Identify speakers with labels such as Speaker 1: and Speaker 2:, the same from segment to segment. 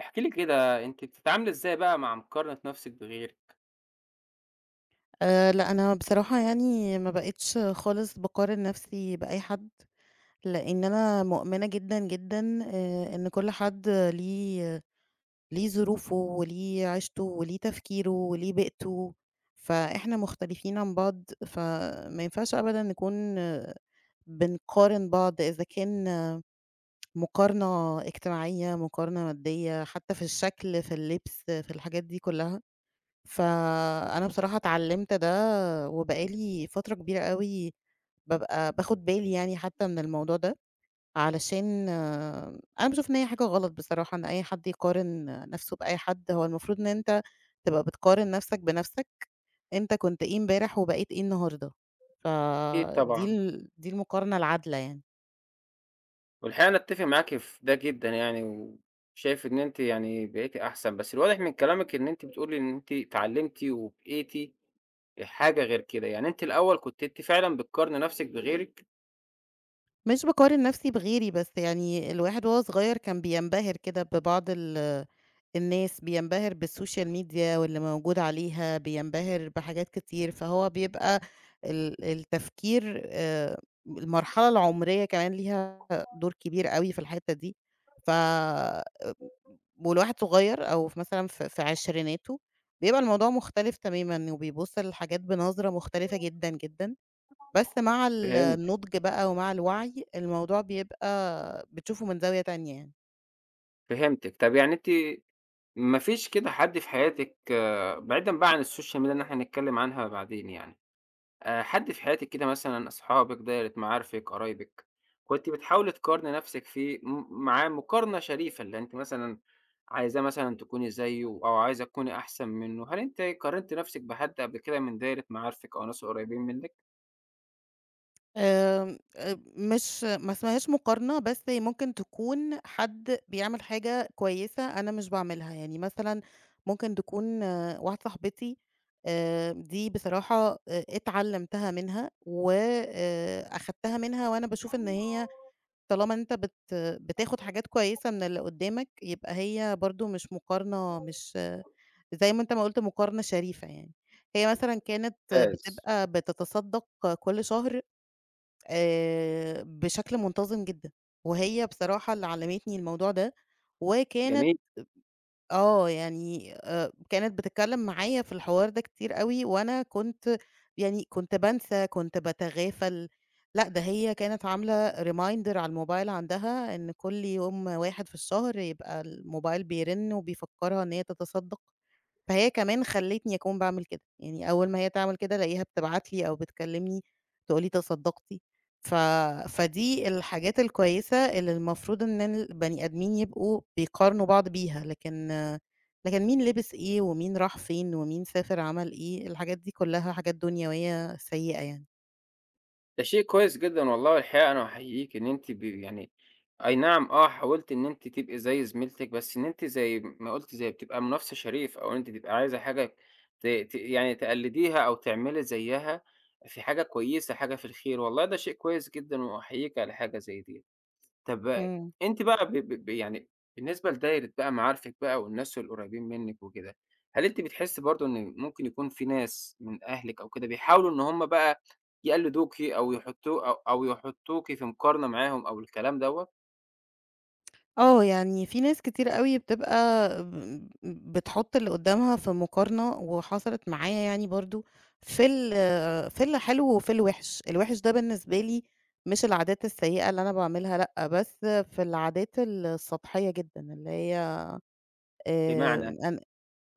Speaker 1: احكي لي كده أنتِ بتتعاملي إزاي بقى مع مقارنة نفسِك بغيرِك؟
Speaker 2: لأ، أنا بصراحة يعني ما بقيتش خالص باقارن نَفْسي بأي حد، لإن أنا مؤمنة جدًا، جدًا إن كل حد ليه ظروفه وليه عيشته وليه تفكيره وليه بيئته، فإحنا مختلفين عن بعض، فما ينفعش أبدًا نكون بنقارن بعض إذا كان مقارنة اجتماعية، مقارنة مادية، حتى في الشكل، في اللبس، في الحاجات دي كُلّها. فأنا بصراحة اتعلّمت ده، وبقى لي فترة كبيرة أوي بابقى باخد بالي يعني حتى من الموضوع ده، علشان أنا باشوف إن هي حاجة غلط بصراحة إن أي حد يقارن نَفْسه بأي حد، هو المفروض إن أنت تبقى بتقارن نَفْسك بنَفْسك، أنت كنت إيه امبارح وبقيت إيه النهارده،
Speaker 1: أكيد
Speaker 2: فدي
Speaker 1: طبعًا.
Speaker 2: ال دي المقارنة العادلة يعني.
Speaker 1: والحقيقة أنا أتفق معاكِ في ده جدًا يعني، وشايف إن أنتِ يعني بقيتِ أحسن، بس الواضح من كلامِك إن أنتِ بتقولي إن أنتِ اتعلمتِ وبقيتِ حاجة غير كده. يعني أنتِ الأول كنتِ أنتِ فعلًا بتقارني نفسِك بغيرِك؟
Speaker 2: مش باقارن نَفْسي بغيري، بس يعني الواحد وهو صغير كان بينبهر كده ببعض الناس، بينبهر بالسوشيال ميديا واللي موجود عليها، بينبهر بحاجات كتير، فهو بيبقى ال التفكير المرحلة العمرية كمان ليها دور كبير أوي في الحتّة دي، ف والواحد صغير أو في مثلًا في عشريناته، بيبقى الموضوع مختلف تمامًا وبيبُص للحاجات بنظرة مختلفة جدًا، جدًا، بس مع ال
Speaker 1: فهمتِك،
Speaker 2: النضج بقى ومع الوعي، الموضوع بيبقى بتشوفه من زاوية تانية يعني.
Speaker 1: فهمتِك. طب يعني أنتِ ما فيش كده حد في حياتِك آه، بعيدًا بقى عن السوشيال ميديا اللي إحنا هنتكلم عنها بعدين يعني. حد في حياتِك كده، مثلًا أصحابِك، دايرة معارفِك، قرايبِك، كنتِ بتحاولي تقارني نَفْسِك فيه معاه مقارنة شريفة، اللي أنتِ مثلًا عايزاه مثلًا تكوني زيّه أو عايزة تكوني أحسن منّه؟ هل أنتِ قارنتِ نَفْسِك بحد قبل كده من دايرة معارفِك أو ناس قريبين منِّك؟
Speaker 2: آمم، مش ما اسمهاش مقارنة، بس ممكن تكون حد بيعمل حاجة كويسة أنا مش باعملها، يعني مثلًا ممكن تكون واحدة صاحبتي دي بصراحة اتعلمتها منها و أخدتها منها وأنا باشوف إن هي طالما أنت بتاخد حاجات كويسة من اللي قدامك، يبقى هي برضه مش مقارنة مش آه، زي ما أنت ما قُلت مقارنة شريفة يعني. هي مثلًا كانت
Speaker 1: ممتاز.
Speaker 2: بتبقى بتتصدّق كل شهر بشكل منتظم جدًا، وهي بصراحة اللي علّمتني الموضوع ده، وكانت
Speaker 1: جميل.
Speaker 2: آه، يعني كانت بتتكلّم معايا في الحوار ده كتير أوي، وأنا كنت يعني كنت بانسى، كنت باتغافل، لأ ده هي كانت عاملة reminder على الموبايل عندها إن كل يوم 1 في الشهر يبقى الموبايل بيرن وبيفكّرها إن هي تتصدّق. فهي كمان خلّتني أكون باعمل كده، يعني أول ما هي تعمل كده ألاقيها بتبعت لي أو بتكلمني تقول لي تصدّقتِ، ف فدي الحاجات الكويسة اللي المفروض إن البني آدمين يبقوا بيقارنوا بعض بيها، لكن مين لبس إيه ومين راح فين ومين سافر عمل إيه، الحاجات دي كلّها حاجات دنيوية سيئة يعني.
Speaker 1: ده شيء كويس جدًا والله. الحقيقة أنا أحييكِ إن أنتِ يعني أي نعم آه، حاولتِ إن أنتِ تبقي زي زميلتِك، بس إن أنتِ زي ما قُلتِ زي بتبقى منافسة شريف، أو إن أنتِ تبقى عايزة حاجة ت ت يعني تقلديها أو تعملي زيها، في حاجة كويسة، حاجة في الخير. والله ده شيء كويس جدًا، وأحييكِ على حاجة زي دي. طب
Speaker 2: إمم.
Speaker 1: أنتِ بقى ب ب ب يعني بالنسبة لدايرة بقى معارفِك بقى والناس القريبين منِّك وكده، هل أنتِ بتحسّي برضه إن ممكن يكون في ناس من أهلِك أو كده بيحاولوا إن هم بقى يقلّدوكِ أو يحطّوكِ في مقارنة معاهم أو الكلام دوّة؟
Speaker 2: آه، يعني في ناس كتير أوي بتبقى ب بتحُط اللي قُدّامها في مقارنة، وحصلت معايا يعني برضه في ال في الحلو وفي الوِحِش، الوِحِش ده بالنسبة لي مش العادات السيئة اللي أنا باعملها لأ، بس في العادات السطحية جدًا، اللي هي
Speaker 1: بمعنى؟
Speaker 2: أن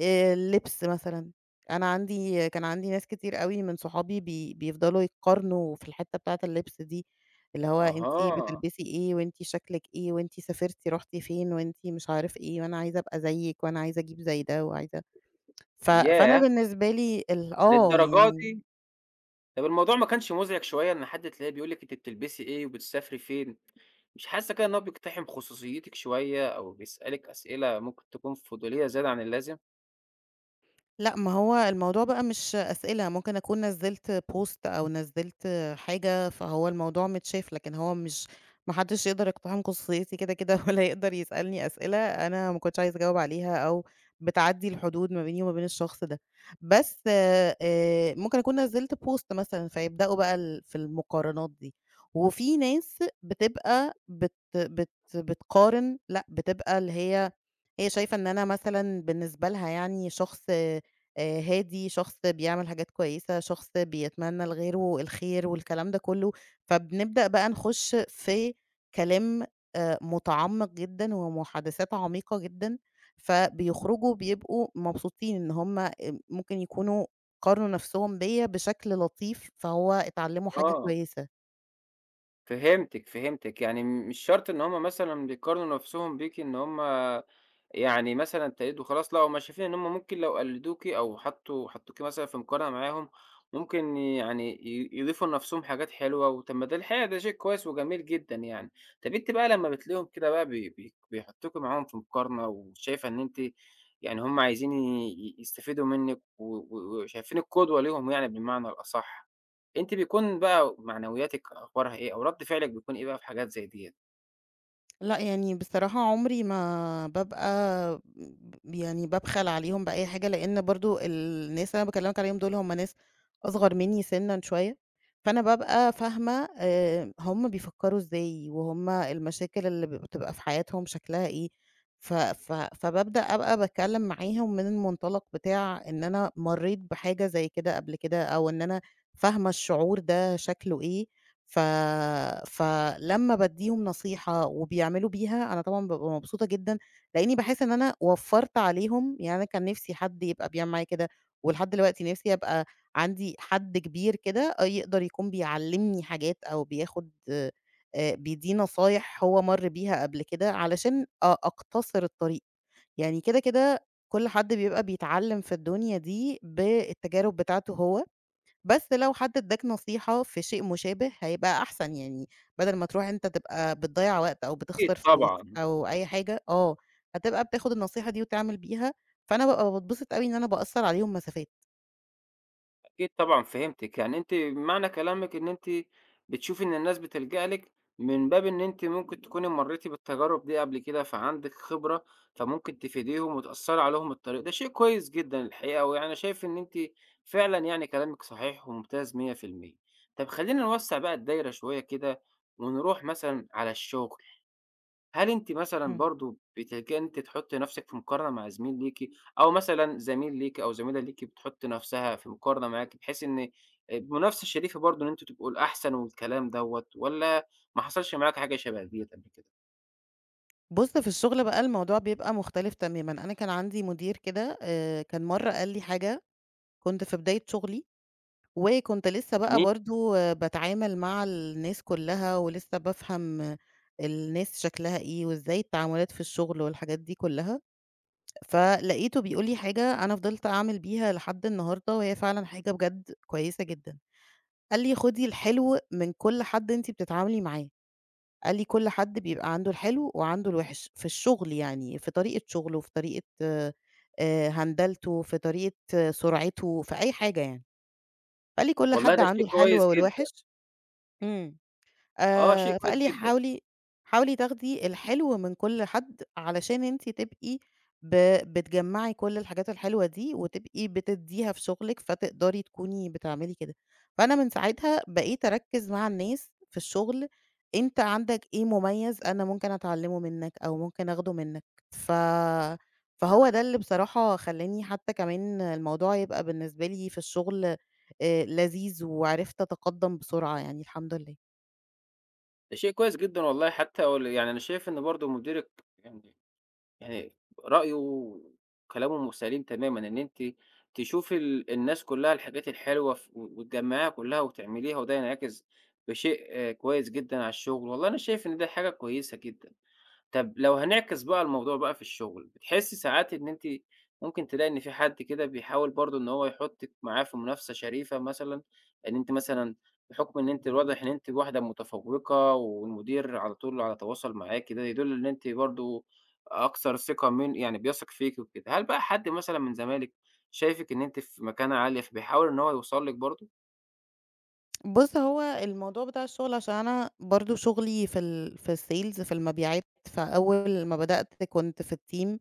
Speaker 2: اللبس مثلًا، أنا عندي كان عندي ناس كتير أوي من صحابي بيفضلوا يتقارنوا في الحتّة بتاعة اللبس دي، اللي هو أنتِ
Speaker 1: أها.
Speaker 2: بتلبسي إيه وأنتِ شكلِك إيه وأنتِ سافرتِ رُحتِ فين وأنتِ مش عارف إيه وأنا عايزة أبقى زيِّك وأنا عايزة أجيب زي ده وعايزة فأنا
Speaker 1: ياه!
Speaker 2: بالنسبة لي ال آه
Speaker 1: للدرجة
Speaker 2: يعني
Speaker 1: دي! طب الموضوع ما كانش مُزعج شوية، إن حد تلاقيه بيقول لِك أنتِ بتلبسي إيه وبتسافري فين؟ مش حاسّة كده إن هو بيقتحم خصوصيتِك شوية، أو بيسألِك أسئلة ممكن تكون فضولية زيادة عن اللازم؟
Speaker 2: لأ، ما هو الموضوع بقى مش أسئلة، ممكن أكون نزّلت post أو نزّلت حاجة، فهو الموضوع متشاف، لكن هو مش ما حدّش يقدر يقتحم خصوصيتي كده، كده ولا يقدر يسألني أسئلة أنا ما كنتش عايزة أجاوب عليها أو بتعدّي الحدود ما بيني وما بين الشخص ده. بس ممكن أكون نزّلت post مثلًا، فيبدأوا بقى في المقارنات دي. وفي ناس بتبقى بت بت بتقارن لأ، بتبقى اللي هي هي شايفة إن أنا مثلًا بالنسبة لها يعني شخص هادي، شخص بيعمل حاجات كويسة، شخص بيتمنى لغيره الخير والكلام ده كله، فبنبدأ بقى نخش في كلام متعمق جدًا ومحادثات عميقة جدًا، فبيخرجوا بيبقوا مبسوطين إن هُم ممكن يكونوا قارنوا نفسهم بيّا بشكل لطيف، فهو اتعلموا حاجة
Speaker 1: آه.
Speaker 2: كويسة.
Speaker 1: فهمتِك، فهمتِك. يعني مش شرط إن هُم مثلًا بيقارنوا نفسهم بيكِ إن هُم يعني مثلًا تقليد وخلاص. لأ، هُم شايفين إن هُم ممكن لو قلدوكِ أو حطّوكِ مثلًا في مقارنة معاهم، ممكن يعني يضيفوا لنفسهم حاجات حلوة. وطب ما ده الحقيقة ده شيء كويس وجميل جدًا يعني. طب أنتِ بقى لمّا بتلاقيهم كده بقى بي بي بيحطّوكِ معاهم في مقارنة، وشايفة إن أنتِ يعني هُم عايزين يستفيدوا منِّك، و وشايفينِك قدوة ليهم يعني بالمعنى الأصح، أنتِ بيكون بقى معنوياتِك أخبارها إيه، أو رد فعلِك بيكون إيه بقى في حاجات زي ديّة؟
Speaker 2: لأ، يعني بصراحة عمري ما بابقى يعني بابخل عليهم بأي حاجة، لإن برضه الناس اللي أنا باكلّمك عليهم دول هم ناس أصغر منّي سِنًّا شوية، فأنا بابقى فاهمة هم بيفكّروا إزاي، وهُم المشاكل اللي بتبقى في حياتهم شكلها إيه، ف ف فبابدأ أبقى باتكلّم معاهم من المنطلق بتاع إن أنا مرّيت بحاجة زي كده قبل كده، أو إن أنا فاهمة الشعور ده شكله إيه، ف فلمّا بادّيهم نصيحة وبيعملوا بيها، أنا طبعًا بابقى مبسوطة جدًا، لإنّي باحس إن أنا وفّرت عليهم، يعني أنا كان نِفْسي حد يبقى بيعمل معايا كده، ولحد دلوقتي نِفْسي أبقى عندي حد كبير كده آه يقدر يكون بيعلّمني حاجات أو بياخُد بيدّيني نصايح هو مَر بيها قبل كده علشان أقتصر الطريق. يعني كده، كده كل حد بيبقى بيتعلّم في الدنيا دي بالتجارب بتاعته هو. بس لو حد ادّاك نصيحة في شيء مشابه هيبقى أحسن، يعني بدل ما تروح أنت تبقى بتضيّع وقت أو
Speaker 1: أكيد
Speaker 2: بتخسر فلوس
Speaker 1: طبعًا.
Speaker 2: أو أي حاجة، هتبقى بتاخد النصيحة دي وتعمل بيها، فأنا بابقى باتبسط أوي إن أنا باقصّر عليهم مسافات.
Speaker 1: أكيد طبعًا، فهمتِك. يعني أنتِ معنى كلامِك إن أنتِ بتشوفي إن الناس بتلجأ لِك من باب إن أنتِ ممكن تكوني مريتِ بالتجارب دي قبل كده، فعندِك خبرة، فممكن تفيديهم وتأثّري عليهم الطريق. ده شيء كويس جدًا الحقيقة، ويعني شايف إن أنتِ فعلًا يعني كلامِك صحيح وممتاز 100%. طب خلّينا نوسّع بقى الدايرة شوية كده، ونروح مثلًا على الشغل. هل أنتِ مثلًا
Speaker 2: إمم.
Speaker 1: برضه بتلجئي إن أنتِ تحطّي نَفْسِك في مقارنة مع زميل ليكِ، أو مثلًا زميل ليكِ أو زميلة ليكِ بتحُط نَفْسها في مقارنة معاكِ، بحيث إن المنافسة الشريفة برضه إن أنتم تبقوا الأحسن والكلام دوّة، والّا ما حصلش معاكِ حاجة شبه ديّة قبل كده؟
Speaker 2: بُص في الشغل بقى الموضوع بيبقى مختلف تمامًا، أنا كان عندي مدير كده، كان مرّة قال لي حاجة كنت في بداية شغلي، وكنت لسه بقى
Speaker 1: جميل.
Speaker 2: برضه باتعامل مع الناس كلّها ولسه بافهم الناس شكلها إيه، وإزاي التعاملات في الشغل والحاجات دي كلّها. فلقيته بيقول لي حاجة أنا فضلت أعمل بيها لحد النهارده، وهي فعلًا حاجة بجد كويسة جدًا. قال لي: "خُدي الحلو من كل حد أنتِ بتتعاملي معاه." قال لي: "كل حد بيبقى عنده الحلو وعنده الوِحِش." في الشغل يعني، في طريقة شغله، في طريقة هندلته، في طريقة سرعته، في أي حاجة يعني. فقال لي: "كل
Speaker 1: والله
Speaker 2: حد
Speaker 1: ده
Speaker 2: عنده
Speaker 1: شيء
Speaker 2: الحلو
Speaker 1: كويس جدًا.
Speaker 2: والوِحِش." إمم.
Speaker 1: آه، شيء
Speaker 2: فقال
Speaker 1: كويس
Speaker 2: لي:
Speaker 1: جدًا.
Speaker 2: "حاولي تاخدي الحلو من كل حد، علشان أنتِ تبقي ب بتجمّعي كل الحاجات الحلوة دي، وتبقي بتدّيها في شغلِك، فتقدري تكوني بتعملي كده." فأنا من ساعتها بقيت أركّز مع الناس في الشغل، أنت عندك إيه مميز أنا ممكن أتعلّمه منّك، أو ممكن آخده منّك. ف فهو ده اللي بصراحة خلّاني حتى كمان الموضوع يبقى بالنسبة لي في الشغل، لذيذ، وعرفت أتقدّم بسرعة يعني الحمد لله.
Speaker 1: ده شيء كويس جدًا والله، حتى يعني أنا شايف إن برضه مديرِك يعني يعني رأيه وكلامه سليم تمامًا، إن أنتِ تشوفي الناس كلّها الحاجات الحلوة وتجمّعيها كلّها وتعمليها، وده ينعكس بشيء آه، كويس جدًا على الشغل. والله أنا شايف إن ده حاجة كويسة جدًا. طب لو هنعكس بقى الموضوع بقى في الشغل، بتحسّي ساعات إن أنتِ ممكن تلاقي إن في حد كده بيحاول برضه إن هو يحطِّك معاه في منافسة شريفة مثلًا، إن أنتِ مثلًا بحُكم إن أنتِ الواضح إن أنتِ واحدة متفوّقة والمدير على طول على تواصل معاكِ، ده يدُل إن أنتِ برضه أكثر ثقة من يعني بيثق فيكِ وكده، هل بقى حد مثلًا من زمايلِك شايفِك إن أنتِ في مكانة عالية، فبيحاول إن هو يوصل لِك برضه؟
Speaker 2: بُص، هو الموضوع بتاع الشغل عشان أنا برضه شغلي في الsales في المبيعات، فأول ما بدأت كنت في الteam،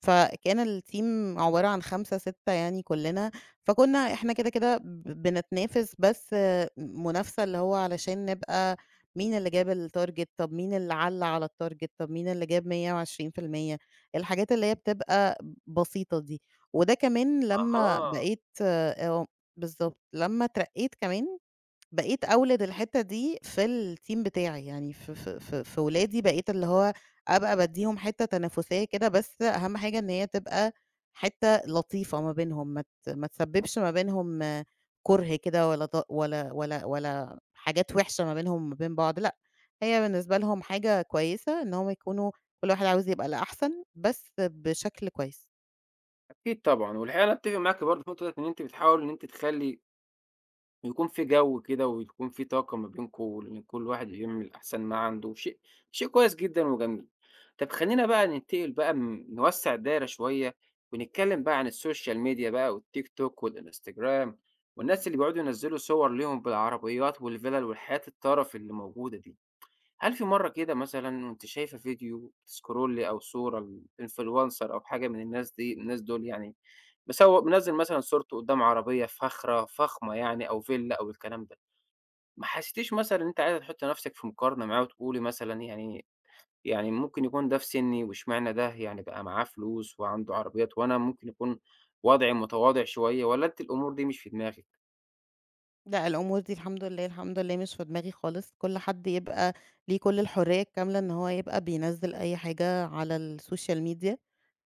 Speaker 2: فكان الteam عبارة عن 5، 6 يعني كُلّنا، فكنا إحنا كده، كده بنتنافس بس منافسة اللي هو علشان نبقى مين اللي جاب الtarget، طب مين اللي عَلّى على الtarget، طب مين اللي جاب 120%، الحاجات اللي هي بتبقى بسيطة دي. وده كمان لمّا
Speaker 1: أها.
Speaker 2: بقيت، بالضبط، لمّا اترقيت كمان بقيت أولِد الحتّة دي في الteam بتاعي، يعني في ولادي بقيت اللي هو أبقى بادّيهم حتّة تنافسية كده، بس أهم حاجة إن هي تبقى حتّة لطيفة ما بينهم، ما تسبّبش ما بينهم كُره كده ولا ط ولا ولا ولا حاجات وِحشة ما بينهم وما بين بعض، لأ، هي بالنسبة لهم حاجة كويسة إن هم يكونوا كل واحد عاوز يبقى الأحسن، بس بشكل كويس.
Speaker 1: أكيد طبعًا. والحقيقة أنا أتّفق معاكِ برضه في النقطة ديّة، إن أنتِ بتحاولي إن أنتِ تخلّي يكون في جو كده ويكون في طاقة ما بينكم، لإن كل واحد يعمل أحسن ما عنده. شيء كويس جدًا وجميل. طب خلّينا بقى ننتقل بقى، نوسّع الدايرة شوية، ونتكلم بقى عن السوشيال ميديا بقى والتيك توك والإنستجرام، والناس اللي بيقعدوا ينزّلوا صور ليهم بالعربيات والفِلَل والحياة الترف اللي موجودة دي. هل في مرّة كده مثلًا وأنتِ شايفة فيديو بتسكرولي أو صورة لinfluencer أو حاجة من الناس دول يعني، مسو منزّل مثلًا صورته قدّام عربية فاخرة فخمة يعني أو فيلا أو الكلام ده، ما حسيتيش مثلًا إن أنتِ عايزة تحطّي نَفْسِك في مقارنة معاه وتقولي مثلًا يعني، يعني ممكن يكون ده في سِنّي واشمعنى ده يعني بقى معاه فلوس وعنده عربيات وأنا ممكن يكون وضعي متواضع شوية، والّا أنتِ الأمور دي مش في دماغِك؟
Speaker 2: لأ، الأمور دي الحمد لله، الحمد لله مش في دماغي خالص، كل حد يبقى ليه كل الحرية الكاملة إن هو يبقى بينزّل أي حاجة على السوشيال ميديا،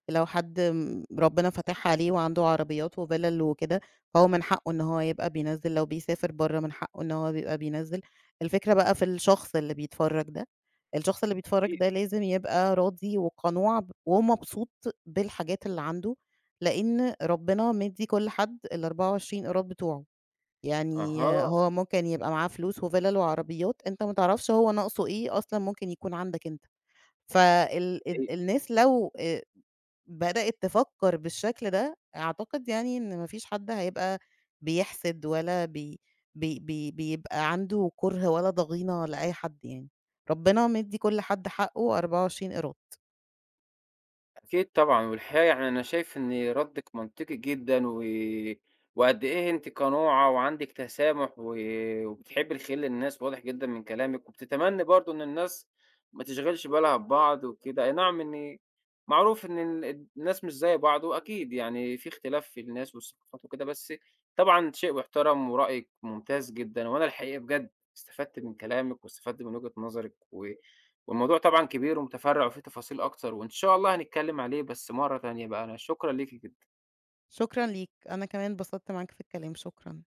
Speaker 2: لو حد ربنا فاتحها عليه وعنده عربيات وفِلَل وكده، فهو من حقّه إن هو يبقى بينزّل، لو بيسافر برّه من حقّه إن هو بيبقى بينزّل، الفكرة بقى في الشخص اللي بيتفرّج ده، الشخص اللي بيتفرّج
Speaker 1: أكيد.
Speaker 2: ده لازم يبقى راضي وقنوع ومبسوط بالحاجات اللي عنده، لإن ربنا مدّي كل حد ال24 قيراط بتوعه. يعني
Speaker 1: أها.
Speaker 2: هو ممكن يبقى معاه فلوس وفِلَل وعربيات، أنت ما تعرفش هو ناقصه إيه أصلًا ممكن يكون عندك أنت، فال الناس لو بدأت تفكّر بالشكل ده، أعتقد يعني إن ما فيش حد هيبقى بيحسد ولا بي بي بي بيبقى عنده كُره ولا ضغينة لأي حد يعني، ربنا مدّي كل حد حقّه 24 قيراط.
Speaker 1: أكيد طبعًا. والحقيقة يعني أنا شايف إن ردِّك منطقي جدًا، وقد إيه أنتِ قنوعة وعندِك تسامح، وبتحبّي الخير للناس واضح جدًا من كلامِك، وبتتمنّي برضه إن الناس ما تشغِلش بالها ببعض وكده. أي نعم، إن معروف إن الناس مش زي بعض، وأكيد يعني في اختلاف في الناس والثقافات وكده، بس طبعًا شيء يُحترم ورأيِك ممتاز جدًا. وأنا الحقيقة بجد استفدت من كلامِك واستفدت من وجهة نظرِك، والموضوع طبعًا كبير ومتفرّع وفيه تفاصيل أكتر، وإن شاء الله هنتكلّم عليه بس مرّة تانية بقى. أنا شكرًا ليكِ جدًا.
Speaker 2: شكرًا ليك، أنا كمان اتبسطت معاك في الكلام، شكرًا.